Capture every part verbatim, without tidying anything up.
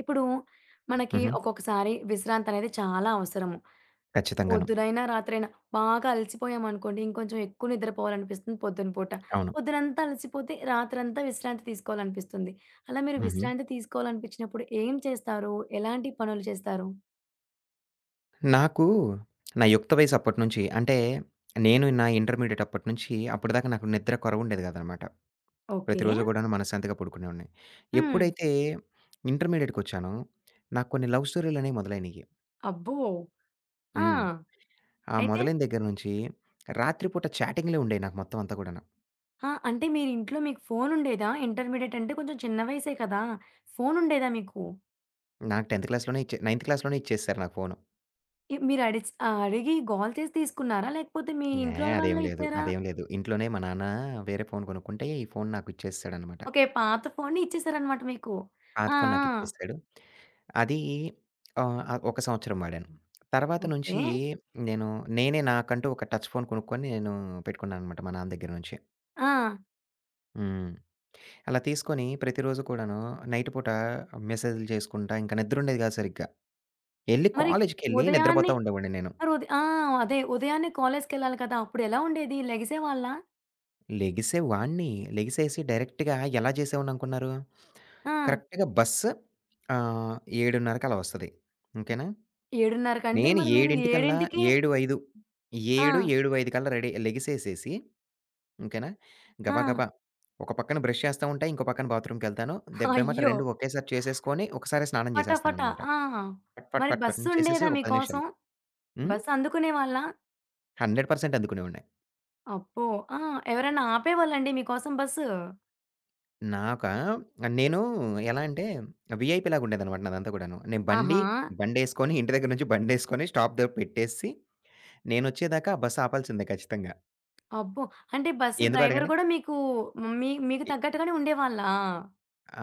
ఇప్పుడు మనకి హుహు. ఒక్కొక్కసారి విశ్రాంతి అనేది చాలా అవసరము. ఖచ్చితంగాను. పొద్దునైనా, రాత్రైనా బాగా అలసిపోయామనుకోండి, ఇంకొంచెం ఎక్కువ నిద్రపోవాలనిపిస్తుంది పొద్దున పూట. అవును. పొద్దునంతా అలసిపోతే రాత్రంతా విశ్రాంతి తీసుకోవాలనిపిస్తుంది. అలా మీరు హుహు. విశ్రాంతి తీసుకోవాలనిపించినప్పుడు ఏం చేస్తారు? ఎలాంటి పనులు చేస్తారు? నాకు నా యుక్త వయసు అప్పటినుంచి అంటే నేను నా ఇంటర్మీడియేట్ అప్పటినుంచి అప్పటిదాకా నాకు నిద్ర కొరవుండేది కాదనమాట. ఓకే. ప్రతిరోజు గూడాను మనశ్శాంతిగా పడుకునేవాడిని. హ్మ్. ఎప్పుడైతే ఇంటర్మీడియేట్‌కొచ్చానో నాకు కొన్ని లవ్ స్టోరీలనేవి మొదలైనయి. అబ్బో! హ్మ్. ఆ! ఆ అయితే మొదలైన దగ్గర నుంచి రాత్రిపూట చాటింగ్‌లే ఉండేయి నాకు మొత్తం అంతా గూడాను. ఆ! అంటే మీరింట్లో మీకు ఫోనుండేదా? ఇంటర్మీడియేట్ అంటే కొంచెం చిన్న వయసే కదా! ఫోనుండేదా మీకు? నాకు 10థ్ క్లాస్‌లోనే ఇచ్చే నైన్త్ క్లాస్‌లోనే ఇచ్చేసారు నాకు ఫోను. ఎ మీరడిచ్ ఆ! అడిగి గోల చేసి తీసుకున్నారా? లేకపోతే మీ ఏ ఇంట్లో అదేం వాళ్ళే లేదు. ఇచ్చారా? అదేం లేదు. ఇంట్లోనే మా నాన్న వేరే ఫోను కొనుక్కుంటే ఈ ఫోను నాకు ఇచ్చేసేసాడనమాట. ఓకే. పాత ఫోన్‌ని ఇచ్చేసారనమాట మీకు. పాత ఆ! ఫోను ఆ! నాకిచ్చేసాడు. అది ఆహ్, ఆహ్, ఒక సంవత్సరం వాడాను. తర్వాత ఓకే. నుంచి నేను నేనే నాకంటూ ఒక టచ్ ఫోన్ కొనుక్కొని నేను పెట్టుకున్నాననమాట మా నాన్న దగ్గర నుంచి. ఆ! హ్మ్. అలా తీసుకొని ప్రతిరోజు కూడాను నైట్ పూట మెసేజ్‌లు చేసుకుంటా ఇంకా నిద్రుండేది కాదు సరిగ్గా. ఎళ్లి మరి కాలేజ్‌కెళ్ళి ఉదయాన్నే నిద్రపోతా ఉండేవాడిని నేను. మరి ఉద ఆ! అదే ఉదయాన్నే కాలేజ్‌కెళ్ళాలి కదా! అప్పుడెలా ఉండేది? లెగిసేవాళ్ళా? లెగిసేవాడిని. లెగిసేసి డైరెక్ట్‌గా ఎలా చేసేవాడిని అనుకున్నారు? ఆ! కరెక్ట్‌గా బస్సు ఆహ్, 7:30కి అలా వస్తది. ఓకేనా? ఏడున్నర కంటే నేను మరి మీరు 7:00కల్లా ఏడుకే ఏడు ఐదు ఆ! ఏడు, ఏడు ఐదు కల్లా రెడీ లెగిసేసేసి ఓకేనా, ఆ! గబగబా ఒక పక్కన బ్రష్ చేస్తా ఉంటా. ఇంకో పక్కన బాత్రూమ్‌కెళ్తాను. దెబ్బెమ్మట అయ్యో! రెండు ఒకేసారి చేసేసుకొని ఒకసారే స్నానం ఫటాఫటా. చేసేస్తాననమాట. ఆ! పట్ పట్ మరి పట్ పట్ చేసేసి బస్సుండేదా ఒక పది నిమిషాలు. మీకోసం? హ్మ్. బస్ అందుకునేవాళ్ళా? వంద శాతం అందుకునేవాడిని. అబ్బో! ఆ! ఎవరైనా ఆపేవాళ్ళండి మీకోసం బస్సు? నాకా నేను ఎలా అంటే వీఐపీలాగా ఉండేదనమాట నాదంతా కూడాను. నేను బండి ఆహా! బండేసుకొని ఇంటి దగ్గర నుంచి బండేసుకొని స్టాప్ దగ్గర పెట్టేసి నేనొచ్చేదాకా ఆ బస్సు ఆపాల్సిందే ఖచ్చితంగా. అబ్బో! అంటే బస్సు ఎందుకో డ్రైవర్ అడగండి. గూడా మీకు మీ మీకు ఎ తగ్గట్టుగానే ఉండేవాళ్ళా?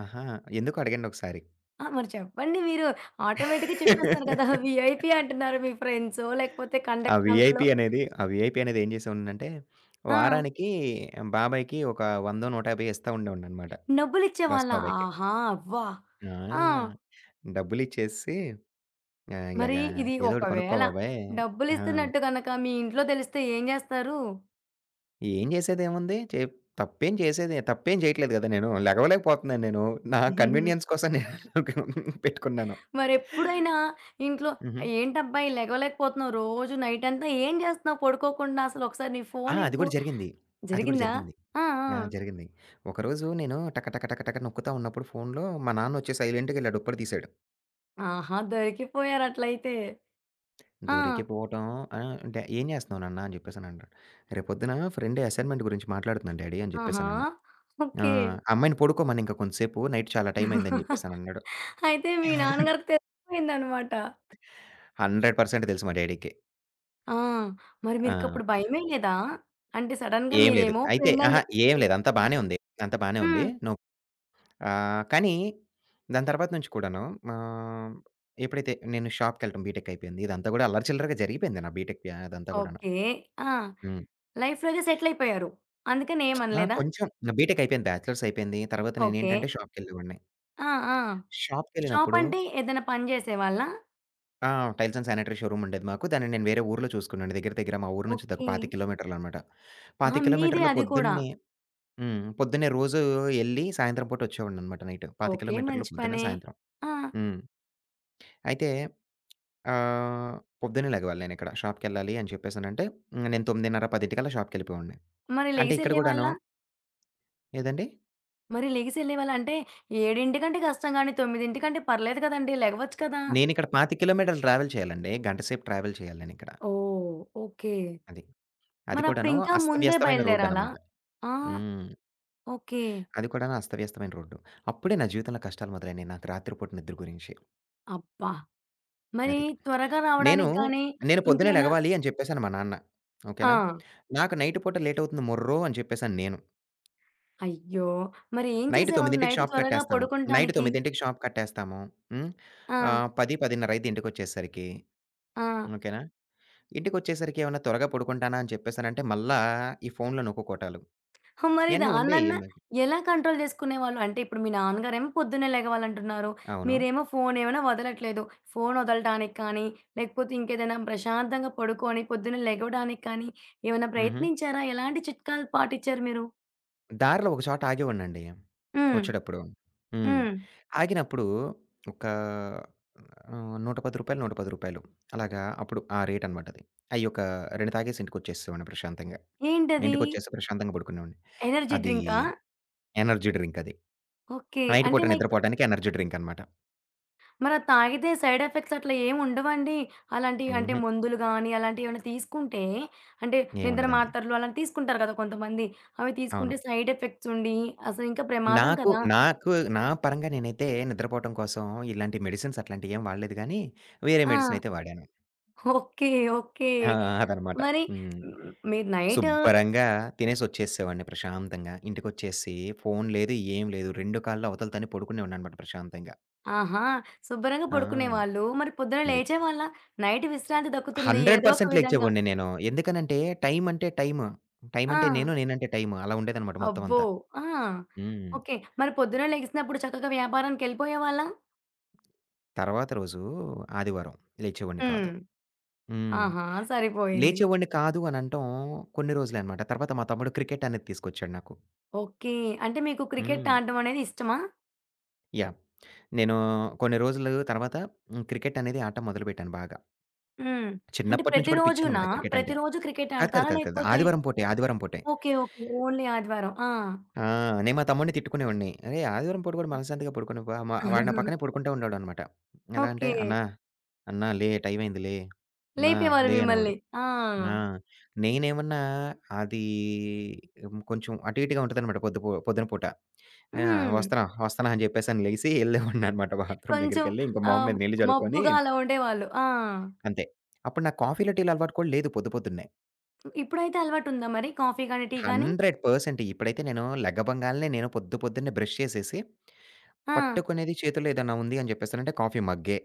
అహా! ఎందుకో అడగండి ఒకసారి. ఆ! మరి చెప్పండి మీరు. ఆటోమేటిక్‌గా చెప్పేస్తున్నారు కదా! వీఐపీ అంటున్నారు మీ ఫ్రెండ్సో, లేకపోతే ఆ కండక్టర్ అంకులో. వీఐపీ అనేది ఆ వీఐపీ అనేది ఏం చేసేవాడినంటే, ఆ! వారానికి బాబాయికి ఒక వంద, నూట యాభై ఇస్తా ఉండేవాడిననమాట. బస్ డబ్బులిచ్చేవాళ్ళా? బాబాయికి. ఆహా! అబ్బా! ఆ! ఆ! డబ్బులిచ్చేసేసి ఆహ్, మరి ఇలాగా ఇది "ఏదో ఒకటి కొనుక్కో ఒకవేళ బాబాయ్". ఆ! డబ్బులిస్తున్నట్టు గనక మీ ఇంట్లో తెలిస్తే ఏం జేస్తారు? ఏం చేసేదేముంది? చే తప్పేం చేసేది తప్పేం చేయట్లేదు గదా! నేను. లెగవలేకపోతున్నాను నేను. నా కన్వీనియన్స్ కోసం నేను పెట్టుకున్నాను. మరెప్పుడైనా ఇంట్లో హుహు. "ఏంటబ్బాయి లెగవలేకపోతున్నావు రోజు నైటంతా ఏం జేస్తున్నావు పడుకోకుండా? అసలు ఒకసారి నీ ఆ! అది ఫోనివ్వు" గూడా జరిగింది. అది గూడా జరిగిందా? జరిగింది. ఆ! ఆ! ఆ! జరిగింది. ఒకరోజు నేను టక టక టక టక నొక్కుతా ఉన్నప్పుడు ఫోన్‌లో మా నాన్నొచ్చి సైలెంట్‌గా ఇలా డొప్పలు తీసాడు. ఆహా! దొరికిపోయారట్లయితే. ఆ! దొరికిపోవటం ఆహ్, అంటే "ఏం జేస్తున్నావు నాన్న" అని జెప్పేసనంటాడు. "రేపొద్దున ఫ్రెండ్ అసైన్‌మెంట్ గురించి మాట్లాడుతున్నాను డ్యాడీ" అని ఆహా! జెప్పేసనన్నా. "ఆ! ఓకే. ఆ అమ్మాయిని పడుకోమను ఇంక కొంతసేపు నైట్ చాలా టైం అయిందని" జెప్పేసనన్నాడు. అయితే మీ నాన్నగారికి తెలిసిపోయిందనమాట. వంద శాతం తెలుసు మా డ్యాడీకి. ఆ! మరి ఆ! మీకప్పుడు భయమేయలేదా? అంటే సడెన్‌గా "ఏం లేదు." మీరేమో అయితే ఫ్రెండని అహా! "ఏం చెప్పారు. లేదు అంతా బానే ఉంది. అంతా బానే ఉంది. హ్మ్. నువ్వు ఆహ్, కానీ దాని తర్వాత నుంచి కూడాను ఆహ్, ఎప్పుడైతే నేను షాప్‌కెళ్ళటం బీటెక్ అయిపోయింది. ఇదంతా గూడా అల్లరి చిల్లరగా జరిగిపోయింది నా బీటెక్ య అదంతా గూడాను. ఓకే. ఆ! హ్మ్. లైఫ్‌లోనే సెటిలయిపోయారు. అందుకని ఆ! ఏమనలేదా? కొంచెం నా బీటెక్ అయిపోయింది. బ్యాచిలర్స్ అయిపోయింది. తర్వాత ఓకే. నేనేంటంటే షాప్‌కెళ్ళేవాడిని. ఆ! ఆ! షాప్‌కెళ్ళినప్పుడు షాపంటే ఏదైనా పని చేసేవాళ్ళా? ఆ! టైల్స్ అండ్ శానిటరీ షోరూమ్ ఉండేది మాకు. దాన్ని నేను వేరే ఊర్లో చూసుకున్నాను. దగ్గర దగ్గర మా ఊరు నుంచి ఒక ఓకే. ఇరవై ఐదు కిలోమీటర్లనమాట. ఆ! ఇరవై ఐదు మీదే కిలోమీటర్‌లో అది కూడా. పొద్దున్నే హ్మ్. పొద్దున్నే రోజు ఎళ్లి సాయంత్రం పూట వచ్చేవాడిననమాట నైట్. ఇరవై ఐదు ఓకే. కిలోమీటర్లు మంచి పొద్దున, పనే. సాయంత్రం. ఆ! హ్మ్. అయితే ఆహ్, పొద్దున్నే లెగవాలి నేనిక్కడ. షాప్‌కెళ్ళాలి అని చెప్పేసనంటే, హ్మ్, నేను తొమ్మిదిన్నర, పది కల్లా షాప్‌కెళ్ళిపోయేవాడిని. మరి అంటే ఇక్కడ గూడాను లెగిసెళ్ళేవాళ్ళా? ఏదండి? మరి లెగిసెళ్ళేవాళ్ళా? అంటే 7:00కి కష్టం గానీ, 9:00కి పర్లేదు కదండీ! లెగవచ్చు కదా! నేనిక్కడ ఇరవై ఐదు కిలోమీటర్లు ట్రావెల్ చేయాలండి. గంట సేపు ట్రావెల్ చేయాలి నేనిక్కడ. ఓహ్! ఓకే. అది. అది మరప్పుడు కూడాను ఇంకా ముందే అస్తవ్యస్తమైన బయలుదేరాలా? రోడ్డనమాట. ఆ! హ్మ్. ఓకే. అది కూడాను అస్తవ్యస్తమైన రోడ్డు. అప్పుడే నా జీవితంలో కష్టాలు మొదలైనయి నాకు రాత్రి పూట నిద్ర గురించి. అబ్బా! మరి అది. త్వరగా నేను, రావడానికి గానీ, నేను పొద్దున్నే ఇంకేమన్నా లెగవాలి అని చెప్పేసాను మా నాన్న. ఆ! ఓకేనా? నాకు నైట్ పూట లేటవుతుంది మొర్రో అని చెప్పేసని నేను. అయ్యో! మరి ఏం నైట్ చేసేవాళ్ళు తొమ్మిదికి నైట్ షాప్ త్వరగా కట్టేస్తాము. నైట్ పడుకుంటానికి? తొమ్మిదికి షాప్ కట్టేస్తాము. హ్మ్. ఆ! ఆహ్, పది, పదిన్నర అయితే ఇంటికొచ్చేసరికి. ఆ! ఓకేనా? ఇంటికొచ్చేసరికి ఏమన్నా త్వరగా పడుకుంటానా అని చెప్పేసనంటే మళ్ళా ఈ ఫోన్‌లో నొక్కుకోటాలు. మరి ఇయన్నీ ఉండేయి దాన్నన్నా నాకు. ఎలా కంట్రోల్ చేసుకునేవాళ్ళు? అంటే ఇప్పుడు మీ నాన్నగారేమో పొద్దున్నే లెగవాలంటున్నారు. అవును. మీరేమో ఫోన్ ఏమైనా వదలట్లేదు. ఫోన్ వదలటానికి కానీ, లేకపోతే ఇంకేదైనా ప్రశాంతంగా పడుకొని పొద్దున్నే లెగవడానికి కానీ, ఏమైనా హుహు. ప్రయత్నించారా? ఎలాంటి చిట్కాలు పాటిచ్చారు మీరు? దారిలో ఒక చోట ఆగేవాడినండి. హ్మ్. వచ్చేటప్పుడు. హ్మ్. హ్మ్. ఆగినప్పుడు ఒక ఆహ్, రూ. నూట పది, రూ. నూట పది అలాగా అప్పుడు ఆ రేట్ అనమాట అది. అయి ఒక రెండు తాగేసి ఇంటికొచ్చేసేవాడిని ప్రశాంతంగా. ఏంటది? ఇంటికొచ్చేసి ప్రశాంతంగా పడుకునేవాడిని. ఎనర్జీ అది డ్రింకా? ఎనర్జీ డ్రింక్ అది. ఓకే. నైట్ పూట అంటే లైక్ నిద్రపోవటానికి ఎనర్జీ డ్రింక్ అనమాట. మరది తాగితే సైడ్ ఎఫెక్ట్స్ అట్లా ఏమి ఉండవండి? అలాంటియి అంటే హుహు. మందులు గానీ, అలాంటియేమైనా తీసుకుంటే అంటే నిద్ర ఏముండదండి. మాత్రలు అలాంటివి తీసుకుంటారు కదా కొంతమంది. అవి అవును. తీసుకుంటే సైడ్ ఎఫెక్ట్స్ ఉండి అసలు ఇంకా ప్రమాదం నాకు కదా! నాకు నా పరంగా నేనైతే నిద్రపోవటం కోసం ఇలాంటి మెడిసిన్స్ అట్లాంటియేం వాడలేదు గానీ, వేరే మెడిసిన్ ఆ! అయితే వాడాను. ఓకే. ఓకే. ఆ! అదనమాట. మరి హ్మ్. హ్మ్, మీరు నైట్ శుభ్రంగా తినేసొచ్చేసేవాడిని ప్రశాంతంగా. ఇంటికొచ్చేసి ఫోను లేదు, ఏం లేదు. రెండు కాళ్ళు అవతల తన్ని పడుకునేవాడిననమాట ప్రశాంతంగా. ఆహా! శుభ్రంగా ఆ! పడుకునేవాళ్ళు. మరి పొద్దున అది. లేచేవాళ్ళా? నైట్ విశ్రాంతి దక్కుతుంది ఏదో ఒక వంద శాతం విధంగా. లెగిచేవాడిని నేను. ఎందుకనంటే, టైం అంటే టైము. టైం అంటే ఆ! నేను, నేనంటే టైము. అలా ఉండేదనమాట మొత్తం అబ్బో! అంతా. ఆ! హ్మ్. ఓకే. మరి పొద్దున లెగిసినప్పుడు చక్కగా వ్యాపారానికెళ్ళిపోయేవాళ్ళా? తర్వాత రోజు ఆదివారం లేచేవాడిని కాదు. హ్మ్. హ్మ్. ఆహా! సరిపోయింది. లేచేవాడిని కాదు అనంటాం కొన్ని రోజులనమాట. తర్వాత మా తమ్ముడు క్రికెట్ అనేది తీసుకొచ్చాడు నాకు. ఓకే. అంటే మీకు క్రికెట్ హ్మ్. ఆడడం అనేది ఇష్టమా? యాహ్! నేను కొన్ని రోజులు తర్వాత హ్మ్, క్రికెట్ అనేది ఆట మొదలుపెట్టాను బాగా. హ్మ్. అంటే చిన్నప్పటి నుంచి కూడా ప్రతిరోజునా? పిచ్చనమాట క్రికెట్ అంటే. ప్రతిరోజు క్రికెట్ కాదు, కాదు, ఆడతారా? కాదు, కాదు. లేకపోతే ఆదివారం పూటే, ఆదివారం పూటే. ఓకే. ఓకే. ఓన్లీ ఆదివారం. ఆ! ఆ! నేను మా తమ్ముడిని తిట్టుకునేవాడిని. "అరేయ్! ఆదివారం పూట కూడా మనశ్శాంతిగా పడుకోనివ్వా" మా వాడు నా పక్కనే పడుకుంటా ఉండేవాడనమాట. ఎలా అంటే, ఓకే. "అన్నా, అన్నా లే టైం అయింది లే. అన్నా లేపేవారు లే" మిమ్మల్ని. అనేవాడు. ఆ! ఆ! నేనేమన్నా అది హ్మ్, కొంచెం అటు ఇటుగా ఉంటదనమాట పొద్దు పొ పొద్దున పూట. ఆ! హ్మ్. వస్తన్నా, వస్తన్నా అని చెప్పేసని లేసి ఎళ్ళేవాడిననమాట బాత్రూమ్ కొంచెం దగ్గరికెళ్ళి ఇంక మొహం ఆహ్, మీద నీళ్ళు జల్లుకొని మబ్బుగా అలా ఉండేవాళ్ళు. ఆ! అంతే. అప్పుడు నాకు కాఫీలు, టీలు అలవాటు కూడా లేదు పొద్దు పొద్దున్నే. ఇప్పుడైతే అలవాటుందా మరి కాఫీ గాని, టీ గాని? వంద శాతం ఇప్పుడైతే నేను లెగ్గబంగాల్నే నేను పొద్దు పొద్దున్నే బ్రష్ చేసేసి ఆ! పట్టుకునేది చేతుల్లో ఏదన్నా ఉంది అని చెప్పేసనంటే కాఫీ మగ్గే.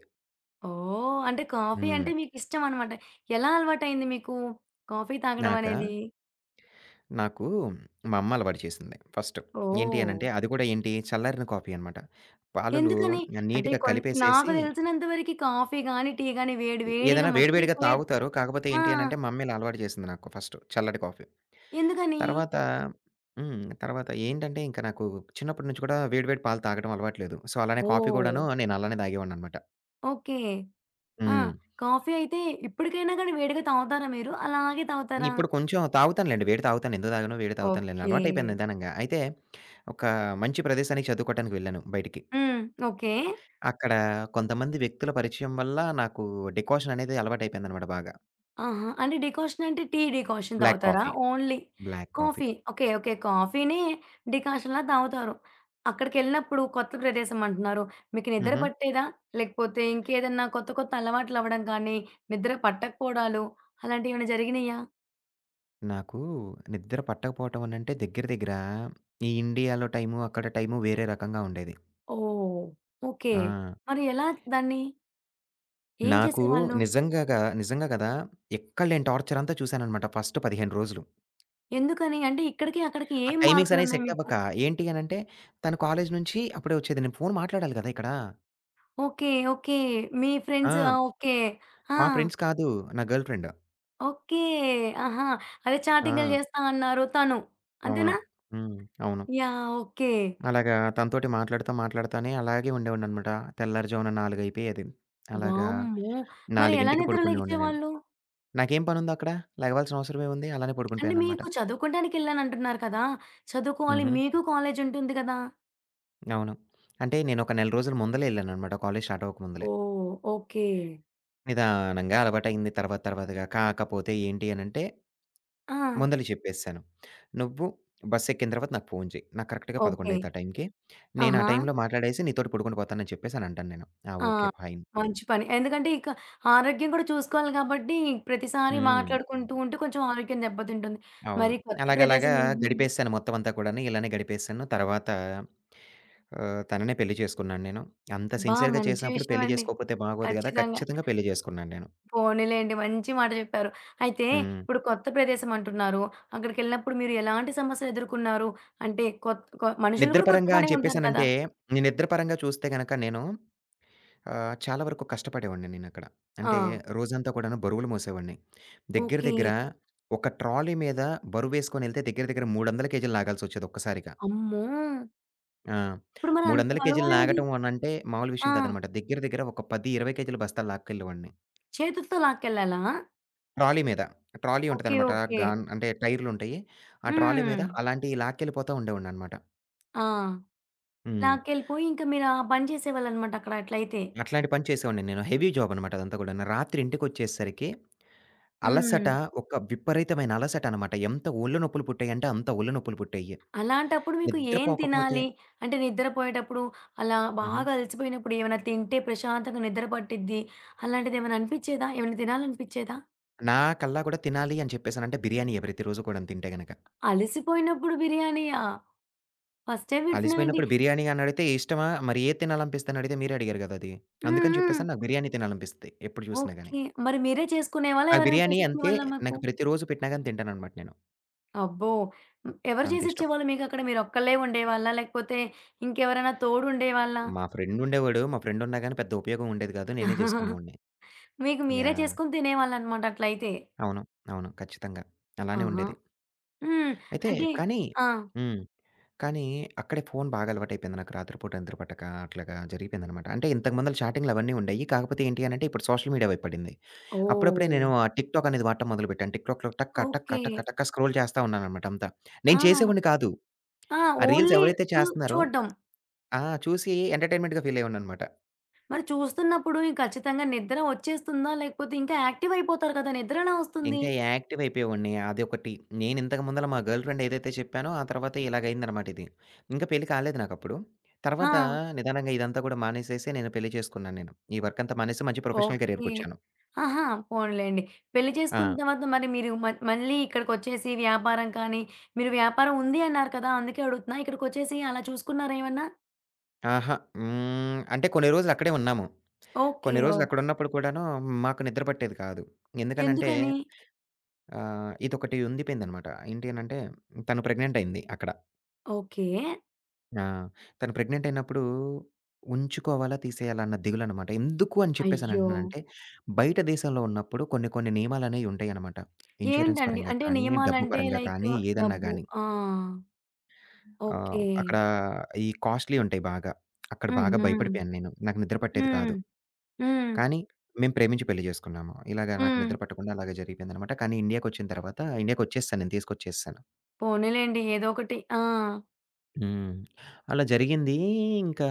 ఓహ్! అంటే కాఫీ హ్మ్. అంటే మీకిష్టమనమాట. ఎలా అలవాటయింది మీకు కాఫీ తాగడం నాకా అనేది? నాకు మా అమ్మ అలవాటు చేసింది ఫస్ట్. ఏంటి ఓహ్! అనంటే, అది కూడా ఏంటి చల్లారిన కాఫీ అనమాట. పాలలో ఎందుకని? అంటే నీట్‌గా కొన్ నాకు కలిపేసేసి తెలిసినంత వరకి కాఫీ గాని, టీ గాని వేడి ఎ వేడిగా ఏదైనా వేడి వేడిగా మసిలిపోయే తాగుతారు. కాకపోతే ఆ! ఏంటి అనంటే, మా అమ్మ ఇలా అలవాటు చేసింది నాకు ఫస్ట్ చల్లటి కాఫీ. ఎందుకని? తర్వాత హ్మ్. తర్వాత ఏంటంటే, ఇంక నాకు చిన్నప్పటి నుంచి కూడా వేడి వేడి పాలు తాగడం అలవాటు లేదు. సో, అలానే కాఫీ ఓహ్! కూడాను నేను అలానే తాగేవాడిననమాట. ఓకే. ఆ! హ్మ్. కాఫీ అయితే ఇప్పటికైనా గాని వేడిగా తాగుతారా మీరు? అలాగే తాగుతారా? ఇప్పుడు కొంచెం తాగుతానులెండి. వేడి తాగుతాను. ఎందుకు తాగను? వేడి తాగుతానులెండి. ఓకే. అలవాటయిపోయింది నిదానంగా. అయితే, ఒక మంచి ప్రదేశానికి చదువుకోవటానికి వెళ్ళాను బయటికి. హ్మ్. ఓకే. అక్కడ కొంతమంది వ్యక్తుల పరిచయం వల్ల నాకు డికాషన్ అనేది అలవాటయిపోయిందనమాట బాగా. ఆహా! అంటే డికాషన్ అంటే టీ డికాషన్ బ్లాక్ తాగుతారా? Coffee. Only black coffee. Coffee. Okay. Okay. కాఫీని డికాషన్‌లా తాగుతారు. అక్కడికెళ్ళినప్పుడు కొత్త ప్రదేశం అంటున్నారు. మీకు నిద్ర హుహు. పట్టేదా? లేకపోతే ఇంకేదన్నా కొత్త కొత్త అలవాట్లవ్వడం కానీ, నిద్ర పట్టకపోవడాలు అలాంటియేమైనా జరిగినియా? నాకు నిద్ర పట్టకపోవటం అనంటే దగ్గర దగ్గర ఈ ఇండియాలో టైము, అక్కడ టైము వేరే రకంగా ఉండేది. ఓహ్! ఓకే. ఆ! మరి ఎలా దాన్ని ఏం నాకు చేసేవాళ్ళు? నిజంగాగా నిజంగా గదా! ఎక్కడ లేని టార్చర్ అంతా చూసాననమాట ఫస్ట్ పదిహేను రోజులు. ఎందుకని? అంటే ఇక్కడికి, అక్కడికి ఆ ఏం టైమింగ్స్ అనేవి మార్పులున్నాయి సెట్ మీకు? అవ్వక ఏంటి అనంటే తను కాలేజీ నుంచి అప్పుడే వచ్చేది. నేను ఫోను మాట్లాడాలి గదా! ఇక్కడ. ఓకే. ఓకే. మీ ఫ్రెండ్స్ ఆ! ఆ! ఓకే. ఆ! మా ఫ్రెండ్స్ కాదు. నా గర్ల్ ఫ్రెండ్. ఓకే. ఆహా! అదే చాటింగులు ఆ! జేస్తా అన్నారు తను. అవును. అంతేనా? హ్మ్. అవును. యాహ్! ఓకే. అలాగా తనతోటి మాట్లాడుతా, మాట్లాడుతానే అలాగే ఉండేవాడిననమాట. తెల్లారిజామున నాలుగు అయిపోయేది. అలాగా వామ్మో! మరి ఎలా నాలుగుకి నిద్ర పడుకునేవాడిని నేను. లెగిచేవాళ్ళు? నాకేం పనుందక్కడ? లెగవాల్సిన అవసరమేముంది? అలానే పడుకొని అంటే పోయాననమాట. మీకు చదువుకోవడానికెళ్ళానంటున్నారు కదా! చదువుకోవాలి. హుహు. మీకు కాలేజ్ ఉంటుంది కదా! అవును. అంటే నేనొక నెల రోజుల ముందలే ఎళ్ళాననమాట. కాలేజ్ స్టార్ట్ అవ్వక ముందలే. ఓహ్! ఓకే. నిదానంగా అలవాటయింది తర్వాత తర్వాతగా. కాకపోతే ఏంటి అనంటే ఆ! ముందలే చెప్పేసాను. "నువ్వు బస్సెక్కిన తర్వాత నాకు ఫోను చెయి. నాకు కరెక్ట్‌గా పదకొండు ఓకే. అయిద్ది ఆ టైంకి. నేను ఆ ఆహా! టైంలో మాట్లాడేసి నీతోటి పడుకొని పోతాను" అని చెప్పేసి అనంటాను నేను. ఆ! ఆ! ఓకే. ఫైన్. మంచి పని. ఎందుకంటే ఇక ఆరోగ్యం కూడా చూసుకోవాలి కాబట్టి ప్రతిసారి హ్మ్. మాట్లాడుకుంటూ ఉంటే కొంచెం ఆరోగ్యం దెబ్బతింటుంది. అవును. మరి కొత్త అలాగలాగా ప్రదేశం అంటున్నారు. గడిపేసాను మొత్తం అంతా కూడాను. ఇలానే గడిపేసాను. తర్వాత ఆహ్, తననే పెళ్లి చేసుకున్నాను నేను. అంత అబ్బా! సిన్సియర్‌గా మంచి చేసినప్పుడు విషయం పెళ్లి అండి. చేసుకోకపోతే బాగోదు గదా! ఖచ్చితంగా. ఖచ్చితంగా పెళ్లి చేసుకున్నాను నేను. పోనీలెండి. మంచి మాట చెప్పారు. అయితే హ్మ్. ఇప్పుడు కొత్త ప్రదేశం అంటున్నారు. అక్కడికెళ్ళినప్పుడు మీరు ఎలాంటి సమస్యలు ఎదుర్కొన్నారు? అంటే కొత్ కొ మనుషులు నిద్ర కూడా పరంగా కొత్తగానే అని ఉంటారు కదా! చెప్పేసనంటే, నేను నిద్ర పరంగా చూస్తే గనక నేను ఆహ్, చాలా వరకు కష్టపడేవాడిని నేనక్కడ. ఆ! అంటే రోజంతా కూడాను బరువులు మోసేవాడిని. దగ్గర ఓకే. దగ్గర ఒక ట్రాలీ మీద బరువేసుకొనెళ్తే దగ్గర దగ్గర మూడు వందల కేజీలు లాగాల్సొచ్చేది ఒక్కసారిగా. అమ్మో! ఆ! ఇప్పుడు మరి అంత మూడు వందల కేజీలు బరువనేది లాగటం అనంటే మామూలు విషయం ఆ! కాదనమాట. దగ్గర దగ్గర ఒక పది, ఇరవై కేజీల బస్తాలు లాక్కెళ్ళేవాడిని. చేతులతో లాక్కెళ్ళాలా? ట్రాలీ మీద. Trolley okay. ఉంటదనమాట. ఓకే. గాన్ అంటే టైర్‌లుంటయి. ఆ ట్రాలీ హ్మ్. మీద అలాంటియి లాక్కెళ్ళిపోతా ఉండేవాడిననమాట. ఆ! హ్మ్. లాక్కెళ్ళిపోయి ఇంక మీరు ఆ పని చేసేవాళ్ళనమాట అక్కడ అట్లయితే. అట్లాంటి పని చేసేవాడిని నేను. హెవీ జాబ్ అనమాట అదంతా గూడాను. రాత్రి ఇంటికొచ్చేసరికి హ్మ్. అలసట ఒక విపరీతమైన అలసటనమాట. ఎంత ఒళ్ళు నొప్పులు పుట్టాయంటే అంత ఒళ్ళు నొప్పులు పుట్టాయి. అలాంటప్పుడు మీకు నిద్ర ఏం పోకపోతే తినాలి? అంటే నిద్రపోయేటప్పుడు అలా హుహు. బాగా అలసిపోయినప్పుడు ఏమైనా తింటే ప్రశాంతంగా నిద్ర పట్టిద్ది. అలాంటిదేమైనా అనిపిచ్చేదా? ఏమైనా తినాలనిపిచ్చేదా? నా కల్లా గూడా తినాలి అని చెప్పేసనంటే బిర్యానీయే ప్రతిరోజు కూడాను తింటే గనక. అలసిపోయినప్పుడు బిర్యానీయా? ఫస్ట్ టైమ్ వింటున్నానండి. అలిసిపోయినప్పుడు బిర్యానీ అని అడిగితే ఇష్టమా? మరి ఏది తినాలనిపిస్తదని అడిగితే మీరే అడిగారు గదా అది. హ్మ్. అందుకని హ్మ్. చెప్పేసని నాకు బిర్యానీ తినాలనిపిస్తది. ఎప్పుడు చూసినా గాని. ఓకే. మరి మీరే చేసుకునేవాళ్ళా? నాకు ఎవరైనా బిర్యానీ అంటే చేసిచ్చేవాళ్ళా మీకు? నాకు ప్రతిరోజు పెట్టినా గాని తింటాననమాట నేను. అబ్బో! హ్మ్. ఎవరు అంత ఇష్టం. చేసిచ్చేవాళ్ళు మీకక్కడ? మీరొక్కళ్ళే ఉండేవాళ్ళా? లేకపోతే ఇంకెవరైనా తోడుండేవాళ్ళా? మా ఫ్రెండ్ ఉండేవాడు. మా ఫ్రెండ్ ఉన్నా గాని పెద్ద ఉపయోగం ఉండేది గాదు. నేనే చేసుకునేవాడిని. మీకు మీరే యాహ్! చేసుకొని తినేవాళ్ళనమాట అట్లయితే. అవును. అవును. ఖచ్చితంగా. అలానే ఆహా! ఉండేది. హ్మ్. అయితే అంటే కానీ ఆ! హ్మ్. కానీ అక్కడే ఫోను బాగా అలవాటయిపోయింది నాకు. రాత్రి పూట నిద్ర పట్టక అట్లాగా జరిగిపోయిందనమాట. అంటే ఇంతకు ముందల చాటింగ్‌లు అవన్నీ ఉండేయి. కాకపోతే ఏంటి అనంటే ఇప్పుడు సోషల్ మీడియా వైపు పడింది. అప్పుడప్పుడే ఓహ్! నేను ఆ టిక్‌టాక్ అనేది వాడటం మొదలుపెట్టాను. టిక్‌టాక్‌లో టక్క, టక్క, ఓకే. టక్క, టక్క స్క్రోల్ చేస్తా ఉన్నాననమాట అంతా. ఆ! నేను చేసేవాడిని కాదు. ఆ! ఆ రీల్స్ ఓన్లీ ఎవరైతే చూ చేస్తున్నారో చూడ్డం. ఆ! చూసి ఎంటర్‌టైన్‌మెంట్‌గా ఫీల్ అయ్యేవాడిననమాట. మరి చూస్తున్నప్పుడు ఇంక ఖచ్చితంగా నిద్ర వచ్చేస్తుందా? లేకపోతే ఇంకా యాక్టివ్ అయిపోతారు కదా! నిద్ర ఎలా వస్తుంది? ఇంకా యాక్టివ్ అయిపోయేవాడిని. అదొకటి. నేను ఇంతకు ముందల మా గర్ల్ ఫ్రెండ్ ఏదైతే చెప్పానో, ఆ తర్వాత ఇలాగయిందనమాట ఇది. ఇంకా పెళ్లి కాలేదు నాకప్పుడు. ఆ! తర్వాత నిదానంగా ఇదంతా కూడా మానేసేసి నేను పెళ్లి చేసుకున్నాను నేను. ఈ వర్కంతా మానేసి మంచి ప్రొఫెషనల్ ఓకే. కెరియర్‌కొచ్చాను. ఆహా! పోనీలెండి. పెళ్లి ఆ! చేసుకున్న తర్వాత మరి మీరు మ మళ్ళీ ఇక్కడికొచ్చేసి వ్యాపారం కానీ, మీరు వ్యాపారం ఉంది అన్నారు కదా! అందుకే అడుగుతున్నా. ఇక్కడికొచ్చేసి అలా చూసుకున్నారా ఏమన్నా? అహా! హ్మ్. అంటే కొన్ని రోజులు అక్కడే ఉన్నాము. ఓకే. కొన్ని రోజులు ఓకే. అక్కడున్నప్పుడు కూడాను మాకు నిద్ర పట్టేది కాదు. ఎందుకనంటే ఎందుకని? ఆహ్, ఇదొకటి ఉండిపోయిందనమాట. ఏంటి అనంటే తను ప్రెగ్నెంట్ అయింది అక్కడ. ఓకే. ఆ! తను ప్రెగ్నెంట్ అయినప్పుడు ఉంచుకోవాలా? తీసేయాలా? అన్న దిగులనమాట. ఎందుకు అని అయ్యో! చెప్పేసనంటున్నానంటే, బయట దేశాల్లో ఉన్నప్పుడు కొన్ని కొన్ని నియమాలనేయి ఉంటాయనమాట. ఇన్స్యూరెన్స్ ఏంటండి? పరంగా అంటే కానీ, డబ్బు నియమాలంటే పరంగా లైక్ కానీ, ఏదన్నా డబ్బు. గానీ. ఆ! ఓకే. ఆహ్, అక్కడ ఈ కాస్ట్‌లీ ఉంటాయి బాగా. అక్కడ బాగా హుహు. భయపడిపోయాను నేను. నాకు నిద్ర పట్టేది హ్మ్. కాదు. హ్మ్. కానీ మేము ప్రేమించి పెళ్లి చేసుకున్నాము. ఇలాగ నాకు హ్మ్. నిద్ర పట్టకుండా అలాగే జరిగిపోయిందనమాట. కానీ ఇండియాకొచ్చిన తర్వాత ఇండియాకొచ్చేసాను నేను తీసుకొచ్చేసాను. పోనీలెండి ఏదో ఒకటి. ఆ! హ్మ్. అలా జరిగింది. ఇంకా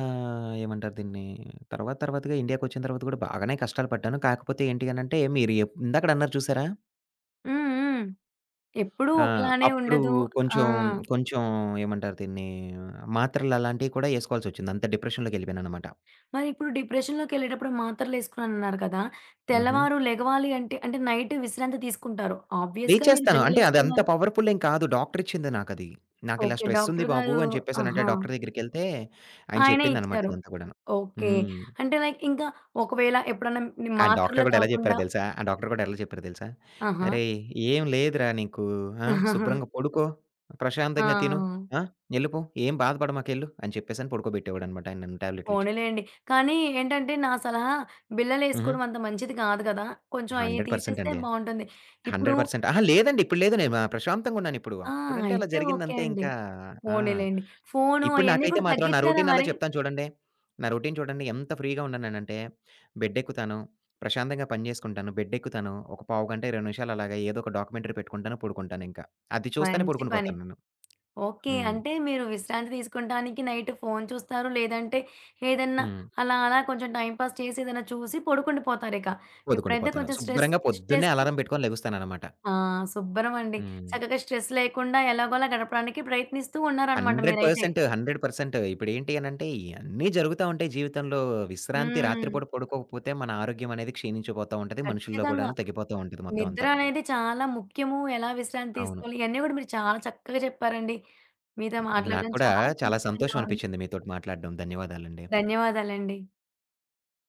ఏమంటారు దీన్ని? తర్వాత తర్వాతగా ఇండియాకొచ్చిన తర్వాత కూడా బాగానే కష్టాలు పడ్డాను. కాకపోతే ఏంటి అనంటే మీరు ఎప్ ఇందాకడ అన్నారు చూసారా? హ్మ్. హ్మ్. ఎప్పుడూ ఆ! ఒకలానే అప్పుడు ఉండదు. ఆ! కొంచెం, కొంచెం ఏమంటారు దీన్ని? మాత్రలు అలాంటివి కూడా ఏసుకోవాల్సొచ్చింది. అంత డిప్రెషన్‌లోకెళ్ళిపోయాననమాట. మరిప్పుడు డిప్రెషన్‌లోకెళ్ళేటప్పుడు మాత్రలేసుకున్నానన్నారు కదా! హుహు. తెల్లవారు లెగవాలి అంటే, అంటే నైట్ విశ్రాంతి తీసుకుంటారు. ఆబ్వియస్‌గా మీరు లేచేస్తాను. అంటే అది అంత బిల్లలేసుకున్నారు. పవర్‌ఫుల్ ఏం కాదు. డాక్టర్ ఇచ్చింది నాకది. నాకిలా ఓకే. స్ట్రెస్ ఉంది డాక్టర్ బాబు గారు అని చెప్పేసనంటే ఆహా! డాక్టర్ దగ్గరికెళ్తే ఆయన ఆయనే చెప్పిందనమాట ఇచ్చారు. ఇదంతా కూడాను. ఓకే. హ్మ్. అంటే లైక్ ఇంకా ఒకవేళ ఎప్పుడన్నా ని ఆ డాక్టర్ మాత్రలు గూడా ఎలా జెప్పారో కాకుండా దెలుసా? ఆ డాక్టర్ గూడా ఎలా జెప్పారో దెలుసా? ఆహా! "అరేయ్! ఏం లేదురా నీకు. ఆ! శుభ్రంగా పడుకో, ఆ! ప్రశాంతంగా తిను. ఆ! ఎళ్ళిపో. ఏం బాధపడమాకెళ్ళు" అని చెప్పేసని పడుకోబెట్టేవాడనమాట ఆయన నన్ను టాబ్లెట్లిచ్చి. పోనీలెండి. కానీ ఏంటంటే, నా సలహా హుహు. బిళ్ళలేసుకోవడం అంత మంచిది కాదు కదా! కొంచెం అయి వంద శాతం తీసేస్తే అండి. బావుంటుంది. ఇప్పుడు వంద శాతం అహా! లేదండి ఇప్పుడు లేదు. నేను ప్రశాంతంగున్నానిప్పుడు. ఆ! అప్పుడంటే అలా అయితే ఓకే జరిగిందంతే అండి. ఇంకా. ఆ! పోనీలెండి. ఫోను ఇప్పుడు అయన్నీ నాకైతే కూడా మాత్రం నా తగ్గిచ్చారా రొటీన్ అలా మరి? చెప్తాను చూడండి. నా రొటీన్ చూడండి ఎంత ఫ్రీగా ఉన్నానంటే బెడ్డెక్కుతాను, ప్రశాంతంగా పని జేసుకుంటాను, బెడ్డెక్కుతాను, ఒక పావుగంట, ఇరవై నిమిషాలు అలాగా ఏదో ఒక డాక్యుమెంటరీ పెట్టుకుంటాను, పడుకుంటానింకా. అది చూస్తానే మంచి పడుకొని పని. పోతాను నేను. ఓకే. హ్మ్. అంటే మీరు విశ్రాంతి తీసుకుంటానికి నైట్ ఫోను చూస్తారు. లేదంటే ఏదన్నా హ్మ్. అలా అలా కొంచెం టైమ్ పాస్ చేసి ఏదైనా చూసి పడుకుండిపోతారిక. ఇప్పుడైతే పొదుకుండిపోతాను. కొంచెం స్ట్రెస్ శుభ్రంగా పొద్దున్నే స్ట్రెస్ అలారం పెట్టుకొని లెగుస్తాననమాట. ఆ! శుభ్రం అండి. హ్మ్. చక్కగా స్ట్రెస్ లేకుండా ఎలాగోలా గడపడానికి ప్రయత్నిస్తూ ఉన్నారనమాట మీరైతే. వంద శాతం వంద శాతం ఇప్పుడేంటి అనంటే ఇయన్నీ జరుగుతా ఉంటాయి జీవితంలో. విశ్రాంతి హ్మ్. రాత్రి పూట పడుకోకపోతే మన ఆరోగ్యం అనేది క్షీణించిపోతా ఉంటది. మనుషుల్లో ఖచ్చితంగా. కూడాను తగ్గిపోతా ఉంటది మొత్తం నిద్ర అంతా. అనేది చాలా ముఖ్యము. ఎలా విశ్రాంతి అవును. తీసుకోవాలి, ఇయన్నీ గూడా మీరు చాలా చక్కగా చెప్పారండి. మీతో నాకు మాట్లాడడం కూడా చాలా చాలా సంతోషంగా సంతోషం ఉంది. అనిపించింది మీతోటి మాట్లాడడం. ధన్యవాదాలండి. ధన్యవాదాలండి.